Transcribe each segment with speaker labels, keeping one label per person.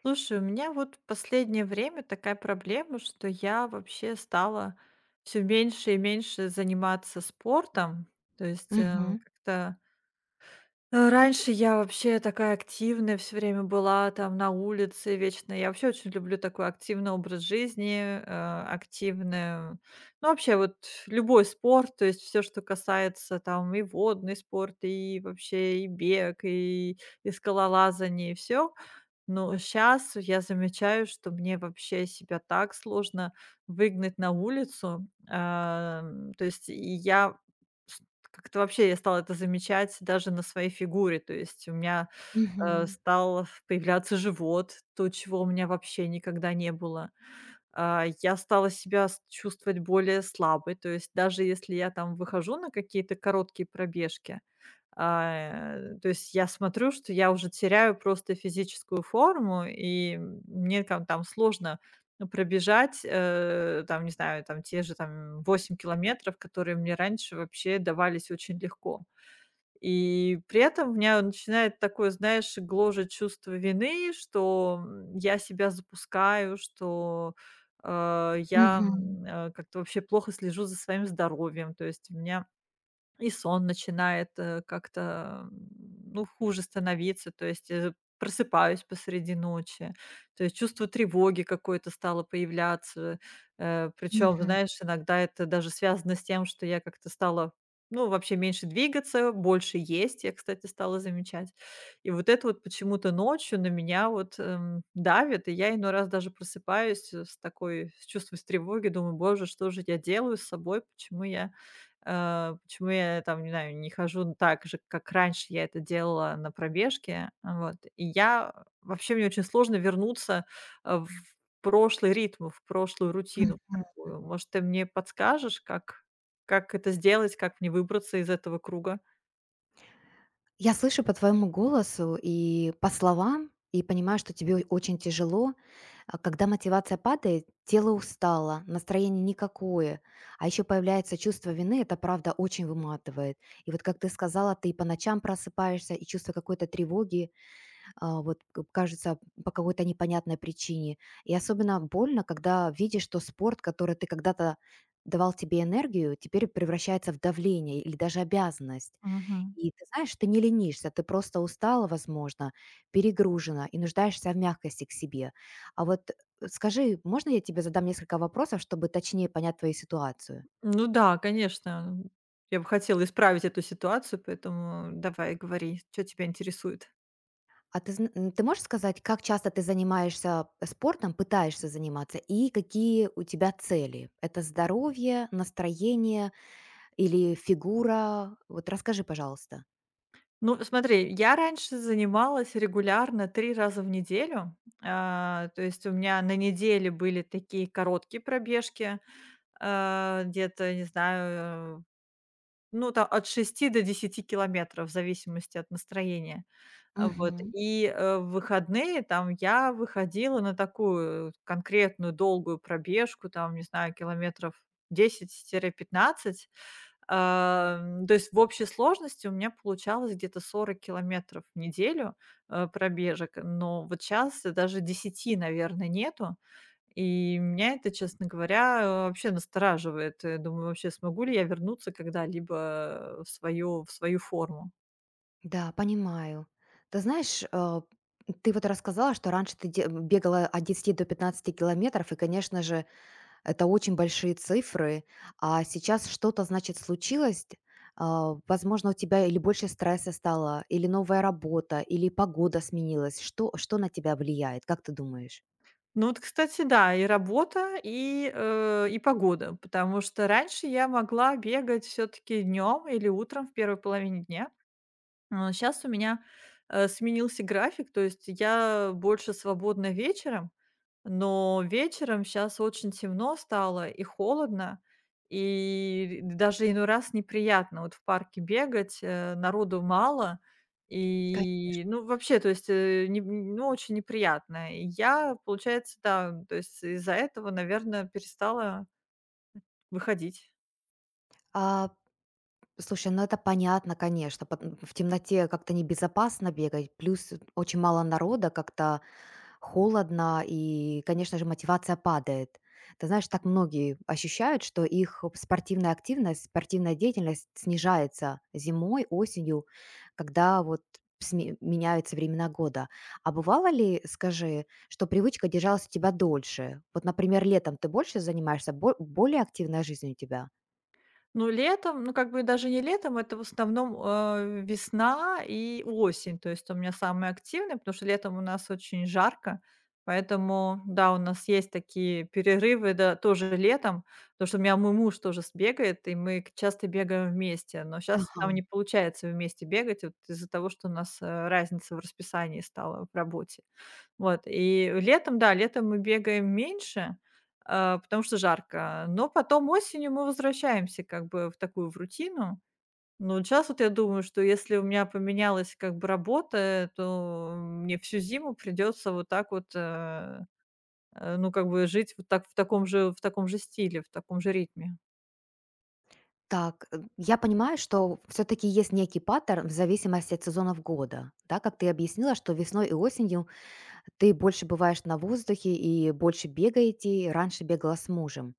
Speaker 1: Слушай, у меня вот в последнее время такая проблема, что я вообще стала все меньше и меньше заниматься спортом. То есть,
Speaker 2: Мгм,
Speaker 1: как-то. Раньше я вообще такая активная все время была, там, на улице вечно. Я вообще очень люблю такой активный образ жизни, активное, ну, вообще вот любой спорт, то есть все, что касается там и водный спорт, и вообще и бег, и скалолазание, и всё. Но сейчас я замечаю, что мне вообще себя так сложно выгнать на улицу. То есть и я как-то вообще я стала это замечать даже на своей фигуре. То есть у меня,
Speaker 2: мгм,
Speaker 1: стал появляться живот, то, чего у меня вообще никогда не было. Я стала себя с чувствовать более слабой. То есть даже если я там выхожу на какие-то короткие пробежки, то есть я смотрю, что я уже теряю просто физическую форму, и мне там сложно, ну, пробежать, там, не знаю, там те же там 8 километров, которые мне раньше вообще давались очень легко. И при этом у меня начинает такое, знаешь, гложет чувство вины, что, я себя запускаю, что, э, я,
Speaker 2: мгм,
Speaker 1: м, э, как-то вообще плохо слежу за своим здоровьем. То есть у меня и сон начинает, как-то, ну, хуже становиться, то есть, просыпаюсь посреди ночи, то есть чувство тревоги какое-то стало появляться. Причем,
Speaker 2: мгм,
Speaker 1: знаешь, иногда это даже связано с тем, что я как-то стала, ну, вообще меньше двигаться, больше есть, я, кстати, стала замечать. И вот это вот почему-то ночью на меня вот, давит, и я иной раз даже просыпаюсь, с такой, с чувством тревоги, думаю: "Боже, что же я делаю с собой? Почему я, там, не знаю, не хожу так же, как раньше я это делала на пробежке". Вот. И я, вообще, мне очень сложно вернуться, в прошлый ритм, в прошлую рутину
Speaker 2: мгм.
Speaker 1: такую. Может, ты мне подскажешь, как это сделать, как мне выбраться из этого круга?
Speaker 2: Я слышу по твоему голосу и по словам, и понимаю, что тебе очень тяжело. А Когда мотивация падает, тело устало, настроение никакое, а еще появляется чувство вины, это правда очень выматывает. И вот как ты сказала, ты и по ночам просыпаешься, и чувство какой-то тревоги, а, вот к кажется, по какой-то непонятной причине. И особенно больно, когда видишь, что спорт, который ты когда-то давал тебе энергию, теперь превращается в давление или даже обязанность.
Speaker 1: Мгм.
Speaker 2: И ты знаешь, ты не ленишься, ты просто устала, возможно, перегружена и нуждаешься в мягкости к себе. А вот скажи, можно я тебе задам несколько вопросов, чтобы точнее понять твою ситуацию?
Speaker 1: Ну да, конечно. Я бы хотела исправить эту ситуацию, поэтому давай говори, что тебя интересует.
Speaker 2: Ты можешь сказать, как часто ты занимаешься спортом, пытаешься заниматься, и какие у тебя цели? Это здоровье, настроение или фигура? Вот расскажи, пожалуйста.
Speaker 1: Ну, смотри, я раньше занималась регулярно 3 раза в неделю. То есть у меня на неделе были такие короткие пробежки, где-то, не знаю, ну, там от 6 до 10 километров в зависимости от настроения. Вот.
Speaker 2: Мгм.
Speaker 1: И, в выходные там я выходила на такую конкретную долгую пробежку, там, не знаю, километров 10, пятнадцать. То есть в общей сложности у меня получалось где-то 40 километров в неделю, пробежек, но вот щас даже 10, наверное, нету. И меня это, честно говоря, вообще настораживает. Думаю, вообще смогу ли я вернуться когда-либо, в свою форму.
Speaker 2: Да, понимаю. Ты знаешь, ты вот рассказала, что раньше ты де бегала от 10 до 15 километров, и, конечно же, это очень большие цифры, а сейчас что-то, значит, случилось, возможно, у тебя или больше стресса стало, или новая работа, или погода сменилась. Что, что на тебя влияет, как ты думаешь?
Speaker 1: Ну вот, кстати, да, и работа, и погода, потому что раньше я могла бегать все таки днем или утром в первой половине дня. Сейчас у меня, сменился график, то есть я больше свободна вечером, но вечером сейчас очень темно стало и холодно, и даже иной раз неприятно вот в парке бегать, народу мало. И,
Speaker 2: Конечно.
Speaker 1: ну, вообще, то есть, не ну, очень неприятно. И я, получается, да, то есть из-за этого, наверное, перестала выходить.
Speaker 2: А, слушай, ну это понятно, конечно. В темноте как-то небезопасно бегать, плюс очень мало народа, как-то холодно, и, конечно же, мотивация падает. Ты знаешь, так многие ощущают, что их спортивная активность, спортивная деятельность снижается зимой, осенью, когда вот меняются времена года. А бывало ли, скажи, что привычка держалась у тебя дольше? Вот, например, летом ты больше занимаешься, более активная жизнь у тебя?
Speaker 1: Ну, летом, ну, как бы даже не летом, это в основном, весна и осень. То есть у меня самые активные, потому что летом у нас очень жарко. Поэтому, да, у нас есть такие перерывы, да, тоже летом, потому что у меня мой муж тоже сбегает, и мы часто бегаем вместе. Но сейчас
Speaker 2: Ага.
Speaker 1: там не получается вместе бегать вот из-за того, что у нас разница в расписании стала в работе. Вот, и летом, да, летом мы бегаем меньше, потому что жарко, но потом осенью мы возвращаемся как бы в такую в рутину. Но вот щас вот я думаю, что если у меня поменялась как бы работа, то мне всю зиму придется вот так вот, ну, как бы жить вот так в таком же стиле, в таком же ритме.
Speaker 2: Так, я понимаю, что все-таки есть некий паттерн в зависимости от сезонов года, да, как ты объяснила, что весной и осенью ты больше бываешь на воздухе и больше бегаете, и раньше бегала с мужем.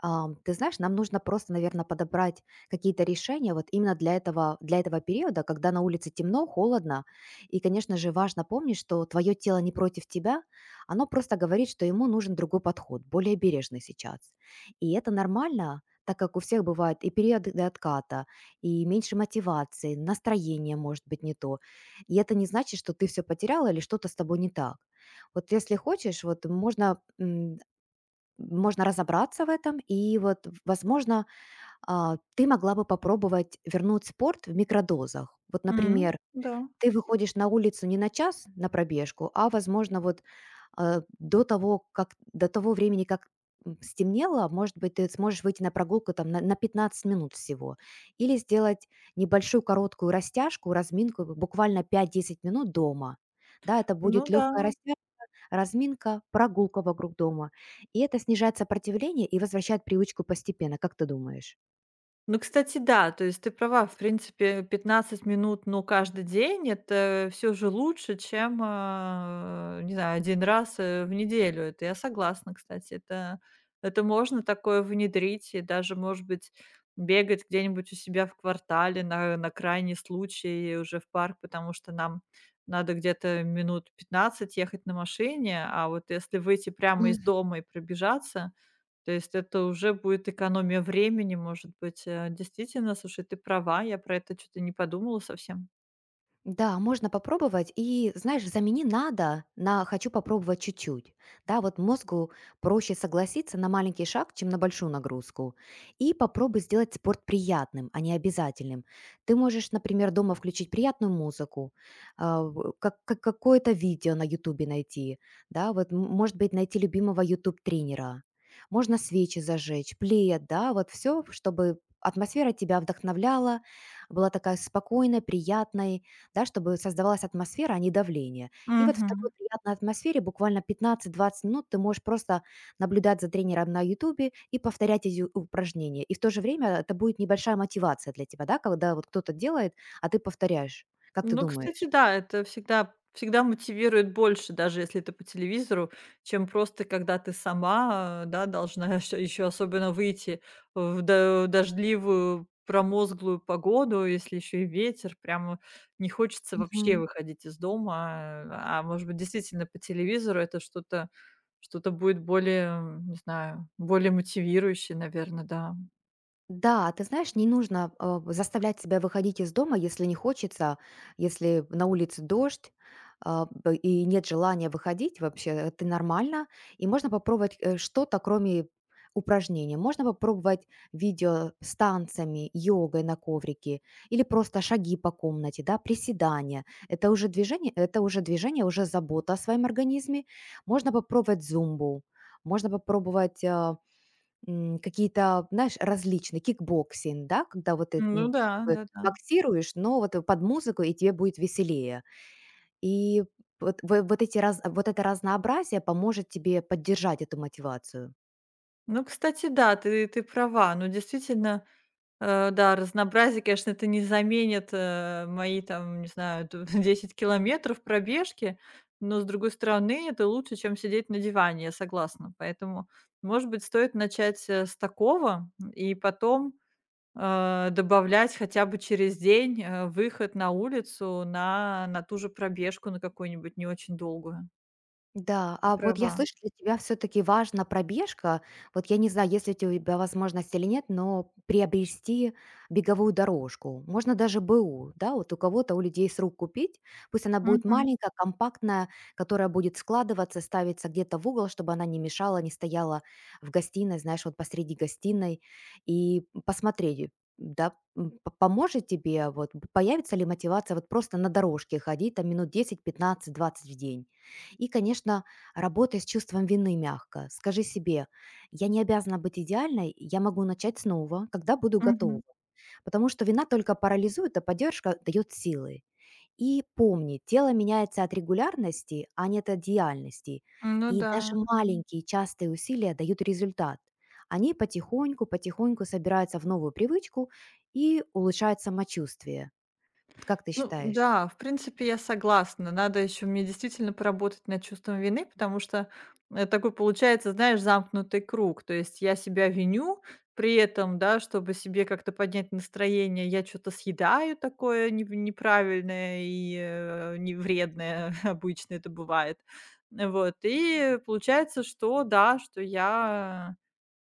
Speaker 2: Ты знаешь, нам нужно просто, наверное, подобрать какие-то решения вот именно для этого периода, когда на улице темно, холодно. И, конечно же, важно помнить, что твое тело не против тебя, оно просто говорит, что ему нужен другой подход, более бережный сейчас. И это нормально, так как у всех бывают и периоды отката, и меньше мотивации, настроение может быть не то. И это не значит, что ты все потеряла или что-то с тобой не так. Вот если хочешь, вот можно можно разобраться в этом, и вот, в возможно, ты могла бы попробовать вернуть спорт в микродозах. Вот,
Speaker 1: М,
Speaker 2: например,
Speaker 1: да.
Speaker 2: ты выходишь на улицу не на час на пробежку, а, возможно, вот, до того времени, как, стемнело, может быть, ты сможешь выйти на прогулку там на 15 минут всего. Или сделать небольшую короткую растяжку, разминку, буквально 5-10 минут дома. Да, это
Speaker 1: Ну
Speaker 2: будет
Speaker 1: да.
Speaker 2: легкая растяжка разминка, прогулка вокруг дома. И это снижает сопротивление и возвращает привычку постепенно. Как ты думаешь?
Speaker 1: Ну, кстати, да, то есть ты права. В принципе, 15 минут, ну, каждый день — это все же лучше, чем, не знаю, один раз, в неделю. Это я согласна, кстати. Это можно такое внедрить и даже, может быть, бегать где-нибудь у себя в квартале на крайний случай уже в парк, потому что нам надо где-то 15 минут ехать на машине. А вот если выйти прямо из дома и пробежаться, то есть это уже будет экономия времени, может быть. Действительно, слушай, ты права, я про это что то не подумала совсем.
Speaker 2: Да, можно попробовать. И, знаешь, замени «надо» на «хочу попробовать чуть-чуть». Да, вот мозгу проще согласиться на маленький шаг, чем на большую нагрузку. И попробуй сделать спорт приятным, а не обязательным. Ты можешь, например, дома включить приятную музыку, какое-то видео на Ютубе найти. Да, вот, может быть, найти любимого Ютуб-тренера. Можно свечи зажечь, плед, да, вот все, чтобы атмосфера тебя вдохновляла, была такая спокойная, приятная, да, чтобы создавалась атмосфера, а не давление. И вот в такой
Speaker 1: Мгм.
Speaker 2: приятной атмосфере буквально 15-20 минут ты можешь просто наблюдать за тренером на «Ютубе» и повторять эти упражнения. И в то же время это будет небольшая мотивация для тебя, да, когда вот кто-то делает, а ты повторяешь. Как ты
Speaker 1: Ну, кстати,
Speaker 2: думаешь?
Speaker 1: да, это всегда всегда мотивирует больше, даже если это по телевизору, чем просто когда ты сама, да, должна еще особенно выйти в до дождливую, промозглую погоду, если еще и ветер. Прямо не хочется вообще выходить из дома. А может быть, действительно, по телевизору это что-то будет более, не знаю, более мотивирующее, наверное, да.
Speaker 2: Да, ты знаешь, не нужно, заставлять себя выходить из дома, если не хочется, если на улице дождь, а, б и нет желания выходить вообще. Это нормально. И можно попробовать, что-то, кроме упражнения. Можно попробовать видео с танцами, йогой на коврике или просто шаги по комнате, да, приседания. Это уже движение, это уже движение, уже забота о своем организме. Можно попробовать зумбу, можно попробовать, какие-то, знаешь, различные, кикбоксинг, да, когда вот ты,
Speaker 1: Ну
Speaker 2: ну,
Speaker 1: да,
Speaker 2: как бы
Speaker 1: да-да.
Speaker 2: боксируешь, но вот под музыку, и тебе будет веселее. И вот это разнообразие поможет тебе поддержать эту мотивацию.
Speaker 1: Ну, кстати, да, ты права. Ну, действительно. Да, разнообразие, конечно, это не заменит, мои там, не знаю, д 10 километров пробежки, но, с другой стороны, это лучше, чем сидеть на диване, я согласна. Поэтому, может быть, стоит начать, с такого и потом, добавлять хотя бы через день, выход на улицу на ту же пробежку, на какую-нибудь не очень долгую.
Speaker 2: Да,
Speaker 1: Ты
Speaker 2: а вот я
Speaker 1: права.
Speaker 2: слышу, для тебя все таки важна пробежка. Вот я не знаю, есть ли у тебя возможность или нет, но приобрести беговую дорожку. Можно даже БУ, да, вот у кого-то, у людей с рук купить. Пусть она будет
Speaker 1: Мгм,
Speaker 2: маленькая, компактная, которая будет складываться, ставиться где-то в угол, чтобы она не мешала, не стояла в гостиной, знаешь, вот посреди гостиной. И посмотреть, да, м, п поможет тебе, вот, появится ли мотивация вот просто на дорожке ходить там минут 10, 15, 20 в день? И, конечно, работай с чувством вины мягко. Скажи себе, я не обязана быть идеальной, я могу начать снова, когда буду готова.
Speaker 1: мгм.
Speaker 2: Потому что вина только парализует, а поддержка дает силы. И помни, тело меняется от регулярности, а не от идеальности.
Speaker 1: Ну
Speaker 2: И
Speaker 1: да.
Speaker 2: даже маленькие частые усилия дают результат. Они потихоньку-потихоньку собираются в новую привычку и улучшают самочувствие. Вот как ты
Speaker 1: Ну
Speaker 2: считаешь?
Speaker 1: да, в принципе, я согласна. Надо еще мне действительно поработать над чувством вины, потому что, такой получается, знаешь, замкнутый круг. То есть я себя виню, при этом, да, чтобы себе как-то поднять настроение, я что то съедаю такое нев неправильное и, не вредное, обычно это бывает. Вот, и получается, что да, что я.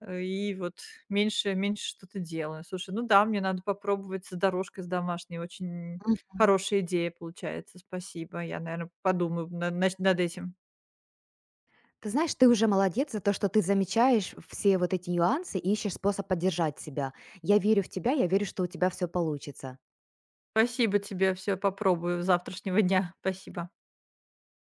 Speaker 1: И вот меньше что-то делаю. Слушай, ну да, мне надо попробовать с дорожкой, с домашней. Очень хорошая идея получается. Спасибо. Я, наверное, подумаю на нач над этим.
Speaker 2: Ты знаешь, ты уже молодец за то, что ты замечаешь все вот эти нюансы и ищешь способ поддержать себя. Я верю в тебя, я верю, что у тебя все получится.
Speaker 1: Спасибо тебе. Все попробую с завтрашнего дня. Спасибо.